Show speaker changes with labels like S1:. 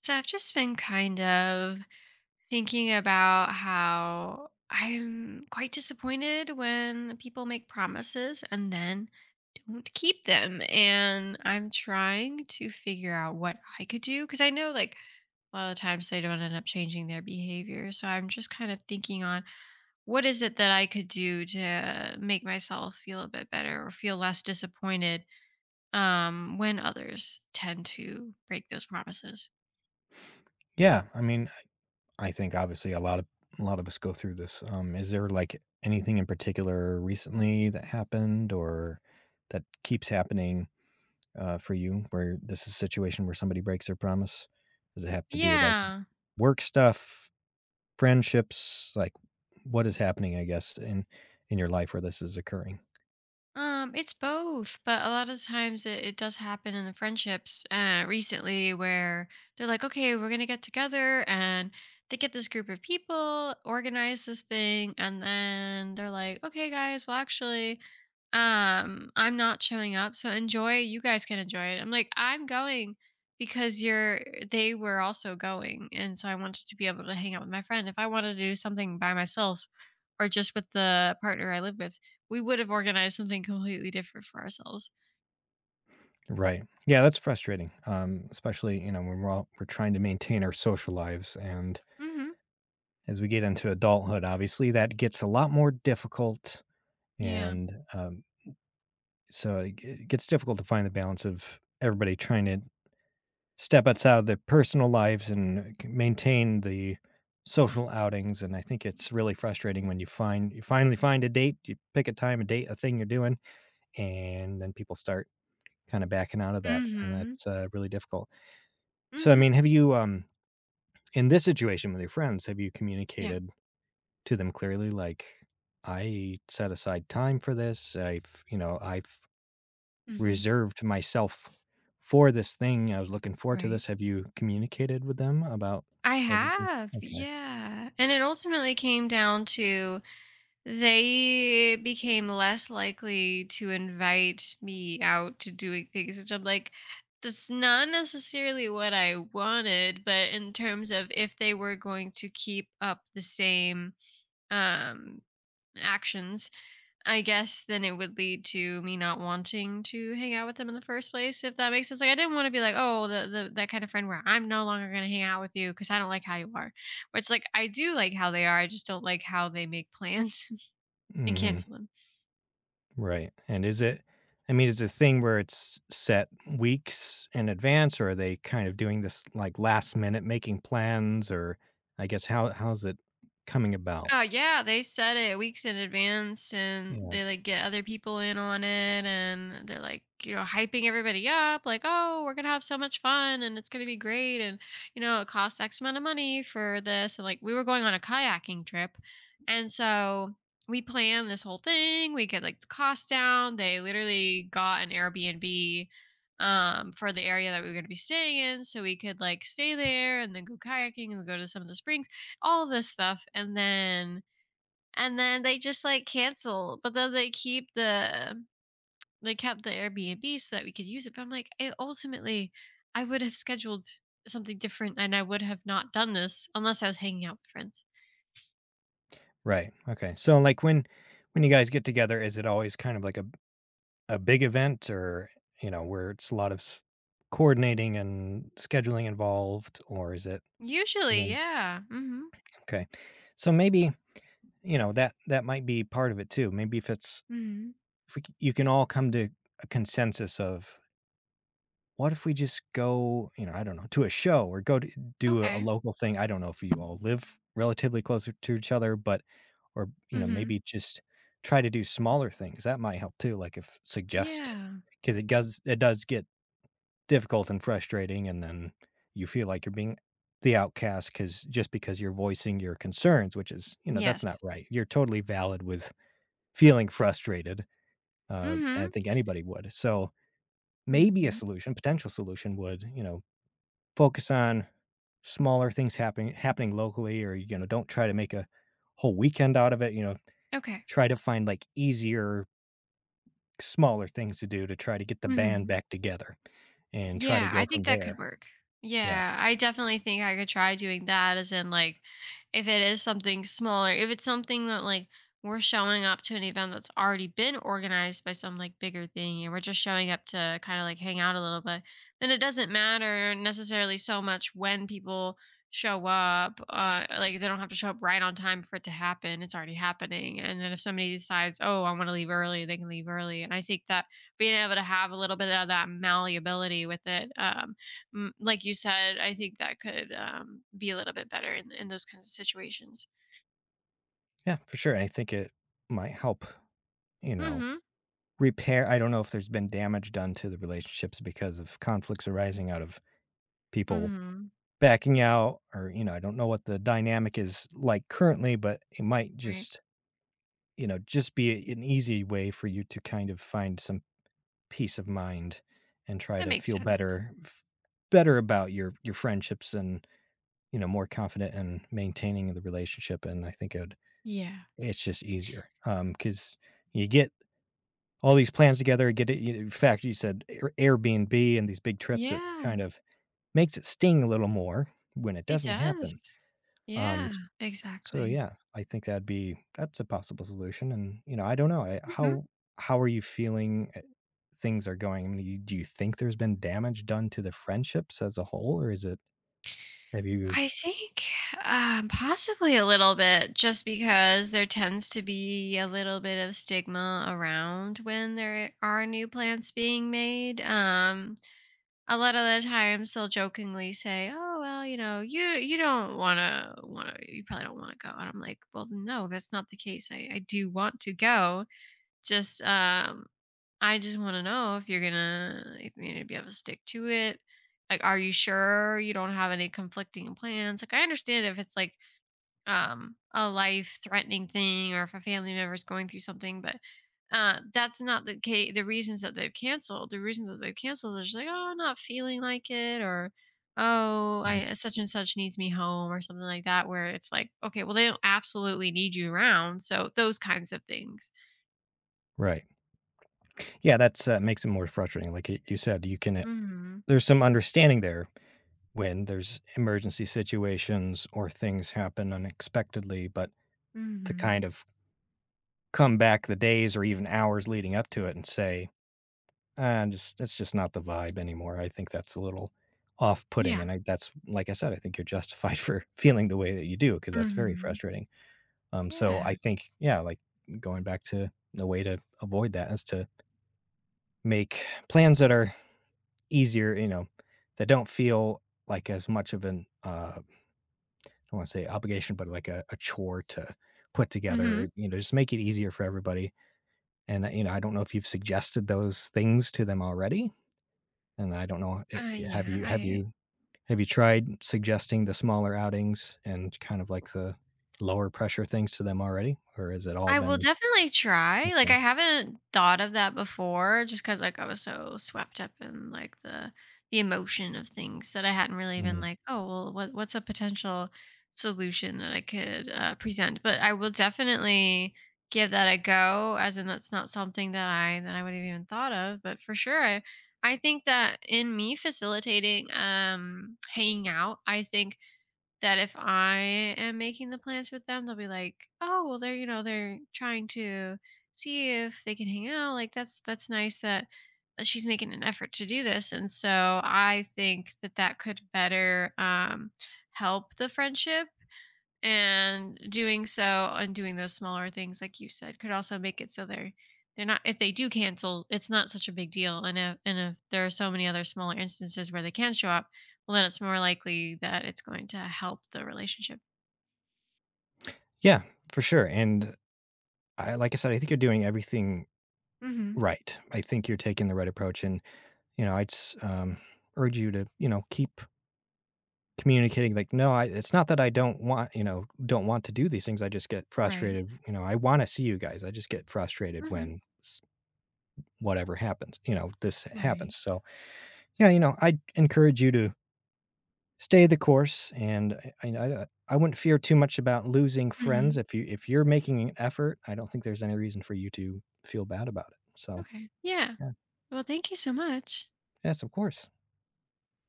S1: So I've just been kind of thinking about how I'm quite disappointed when people make promises and then don't keep them. And I'm trying to figure out what I could do, because I know, like, a lot of times they don't end up changing their behavior. So I'm just kind of thinking on what is it that I could do to make myself feel a bit better or feel less disappointed when others tend to break those promises.
S2: Yeah, I mean, I think obviously a lot of us go through this. Is there like anything in particular recently that happened or that keeps happening for you where this is a situation where somebody breaks their promise? Does it have to do with like
S1: Yeah.
S2: work stuff, friendships, like what is happening, I guess, in your life where this is occurring?
S1: It's both, but a lot of times it does happen in the friendships recently, where they're like, okay, we're gonna get together, and they get this group of people, organize this thing, and then they're like, okay, guys, well, actually, I'm not showing up, so enjoy. You guys can enjoy it. I'm like, I'm going because you're. They were also going, and so I wanted to be able to hang out with my friend. If I wanted to do something by myself or just with the partner I live with, we would have organized something completely different for ourselves.
S2: Right. Yeah, that's frustrating. Especially, you know, when we're trying to maintain our social lives and
S1: Mhm.
S2: as we get into adulthood, obviously, that gets a lot more difficult.
S1: Yeah.
S2: And So it gets difficult to find the balance of everybody trying to step outside of their personal lives and maintain the social outings. And I think it's really frustrating when you finally find a date, you pick a time, a date, a thing you're doing, and then people start kind of backing out of that, and
S1: Mhm.
S2: that's really difficult. So, I
S1: Mhm.
S2: mean, have you in this situation with your friends, have you
S1: Yeah.
S2: communicated to them clearly like, "I set aside time for this. I've, you know, I've
S1: Mhm.
S2: reserved myself for this thing. I was looking forward to
S1: Right.
S2: this." Have you communicated with them about
S1: I
S2: have you been
S1: have,
S2: Okay.
S1: yeah, and it ultimately came down to they became less likely to invite me out to doing things, which I'm like, that's not necessarily what I wanted, but in terms of if they were going to keep up the same um actions, I guess, then it would lead to me not wanting to hang out with them in the first place, if that makes sense. Like, I didn't want to be like, oh, the that kind of friend where I'm no longer gonna hang out with you because I don't like how you are. Where it's like, I do like how they are, I just don't like how they make plans and
S2: Mhm.
S1: cancel them.
S2: Right, and is it I mean, is it a thing where it's set weeks in advance, or are they kind of doing this, like, last minute making plans, or I guess how's it coming about?
S1: Oh yeah, they set it weeks in advance, and
S2: Yeah.
S1: they like get other people in on it, and they're like, hyping everybody up, like, "Oh, we're going to have so much fun, and it's going to be great, and it costs X amount of money for this." And like, we were going on a kayaking trip. And so we planned this whole thing. We get like the cost down. They literally got an Airbnb for the area that we were going to be staying in, so we could like stay there and then go kayaking and go to some of the springs, all this stuff, and then they just like cancel, but then they keep the they kept the Airbnb so that we could use it, but I'm like, ultimately, I would have scheduled something different, and I would have not done this unless I was hanging out with friends.
S2: Right, okay. So, like, when you guys get together, is it always kind of like a big event or, you know, where it's a lot of s coordinating and scheduling involved, or is it I
S1: Usually,
S2: mean,
S1: yeah. Mm-hmm.
S2: okay. So maybe, you know, that that might be part of it too. Maybe if it's
S1: Mm-hmm.
S2: if we c you can all come to a consensus of, "What if we just go," you know, I don't know, "to a show or go to do a
S1: Okay.
S2: local thing?" I don't know if you all live relatively closer to each other, but or, you know,
S1: Mm-hmm.
S2: maybe just try to do smaller things. That might help too, like if suggest
S1: Yeah.
S2: because it does get difficult and frustrating, and then you feel like you're being the outcast because just because you're voicing your concerns, which is, you know, that's not
S1: Yes.
S2: right. You're totally valid with feeling frustrated, I
S1: Mm-hmm,
S2: think anybody would. So, maybe a
S1: mm-hmm.
S2: solution, potential solution would, you know, focus on smaller things happening locally or, you know, don't try to make a whole weekend out of it, you know,
S1: Okay.
S2: try to find, like, easier, smaller things to do to try to get the band
S1: Mm-hmm.
S2: back together and try to
S1: Yeah, I
S2: go from
S1: think that could
S2: there.
S1: work.
S2: Yeah.
S1: Yeah, I definitely think I could try doing that, as in like, if it is something smaller, if it's something that like, we're showing up to an event that's already been organized by some like bigger thing, and we're just showing up to kind of like hang out a little bit, then it doesn't matter necessarily so much when people show up. Like, they don't have to show up right on time for it to happen. It's already happening. And then if somebody decides, "Oh, I want to leave early," they can leave early. And I think that being able to have a little bit of that malleability with it, like you said, I think that could be a little bit better in those kinds of situations.
S2: Yeah, for sure, and I think it might help, you know,
S1: Hmm.
S2: repair I don't know if there's been damage done to the relationships because of conflicts arising out of people
S1: Hmm.
S2: backing out or, you know, I don't know what the dynamic is like currently, but it might
S1: Right.
S2: just, you know, just be an easy way for you to kind of find some peace of mind and try
S1: That
S2: to
S1: makes
S2: feel
S1: sense.
S2: better better about your friendships and you know more confident in maintaining the relationship, and I think it would,
S1: Yeah.
S2: it's just easier because you get all these plans together you get it you, in fact you said Airbnb and these big trips, it
S1: Yeah,
S2: kind of makes it sting a little more when it
S1: it
S2: doesn't happen.
S1: does.
S2: um
S1: Yeah,
S2: so
S1: exactly.
S2: yeah, I think that'd be that's a possible solution, and you know, I don't know I,
S1: Hmm.
S2: how are you feeling things are going. I mean, you, do you think there's been damage done to the friendships as a whole, or is it have you?
S1: I think possibly a little bit, just because there tends to be a little bit of stigma around when there are new plants being made. A lot of the times they'll jokingly say, "Oh well, you know, you don't want to you probably don't want to go," and I'm like, "Well, no, that's not the case. I do want to go. Just, I just want to know if you're gonna be able to stick to it. Like, are you sure you don't have any conflicting plans? Like, I understand if it's like." A life threatening thing, or if a family member is going through something, but that's not the case. The reasons that they've canceled is just like, oh, I'm not feeling like it, or oh,
S2: Mm.
S1: I such and such needs me home, or something like that, where it's like, okay, well, they don't absolutely need you around, so those kinds of things.
S2: Right, yeah, that's makes it more frustrating. Like you said, you can
S1: Mhm.
S2: there's some understanding there when there's emergency situations or things happen unexpectedly, but to kind
S1: Mhm.
S2: of come back the days or even hours leading up to it and say, And just that's just not the vibe anymore. I think that's a little off-putting,
S1: Yeah.
S2: and I that's like I said, I think you're justified for feeling the way that you do because that's very
S1: Mhm.
S2: frustrating. So
S1: Yeah.
S2: I think, yeah, like, going back to the way to avoid that is to make plans that are easier, you know, that don't feel like as much of an, I don't wanna say obligation, but like a chore to put together,
S1: Mhm.
S2: you know, just make it easier for everybody, and, you know, I don't know if you've suggested those things to them already, and I don't know, have
S1: Yeah,
S2: you have
S1: i
S2: you Have you tried suggesting the smaller outings and kind of like the lower pressure things to them already, or has it all
S1: I will
S2: been
S1: definitely try. Like,
S2: okay?
S1: I haven't thought of that before, just cuz like I was so swept up in like the emotion of things that I hadn't really been
S2: Mhm.
S1: like, "Oh, well, what what's a potential solution that I could present?" But I will definitely give that a go, as in that's not something that I would have even thought of, but for sure, I think that in me facilitating hanging out, I think that if I am making the plans with them, they'll be like, "Oh, well, they're you know they're trying to see if they can hang out. Like that's nice that she's making an effort to do this." And so I think that that could better, help the friendship, and doing so and doing those smaller things, like you said, could also make it so they're not, if they do cancel, it's not such a big deal, and if there are so many other smaller instances where they can show up, well, then it's more likely that it's going to help the relationship.
S2: Yeah, for sure, and I like I said, I think you're doing everything
S1: Mhm.
S2: right. I think you're taking the right approach, and, you know, I'd s urge you to, you know, keep communicating, like, "No, I it's not that I don't want you know, don't want to do these things, I just get
S1: Right.
S2: frustrated, you know, I wanna see you guys, I just get frustrated
S1: Hmm.
S2: when s whatever happens, you know, this happens."
S1: Right.
S2: So, yeah, you know, I'd encourage you to stay the course, and I wouldn't fear too much about losing friends
S1: Mhm.
S2: if you if you're making an effort, I don't think there's any reason for you to feel bad about it, so,
S1: Okay. Yeah.
S2: yeah.
S1: Well, thank you so much.
S2: Yes, of course.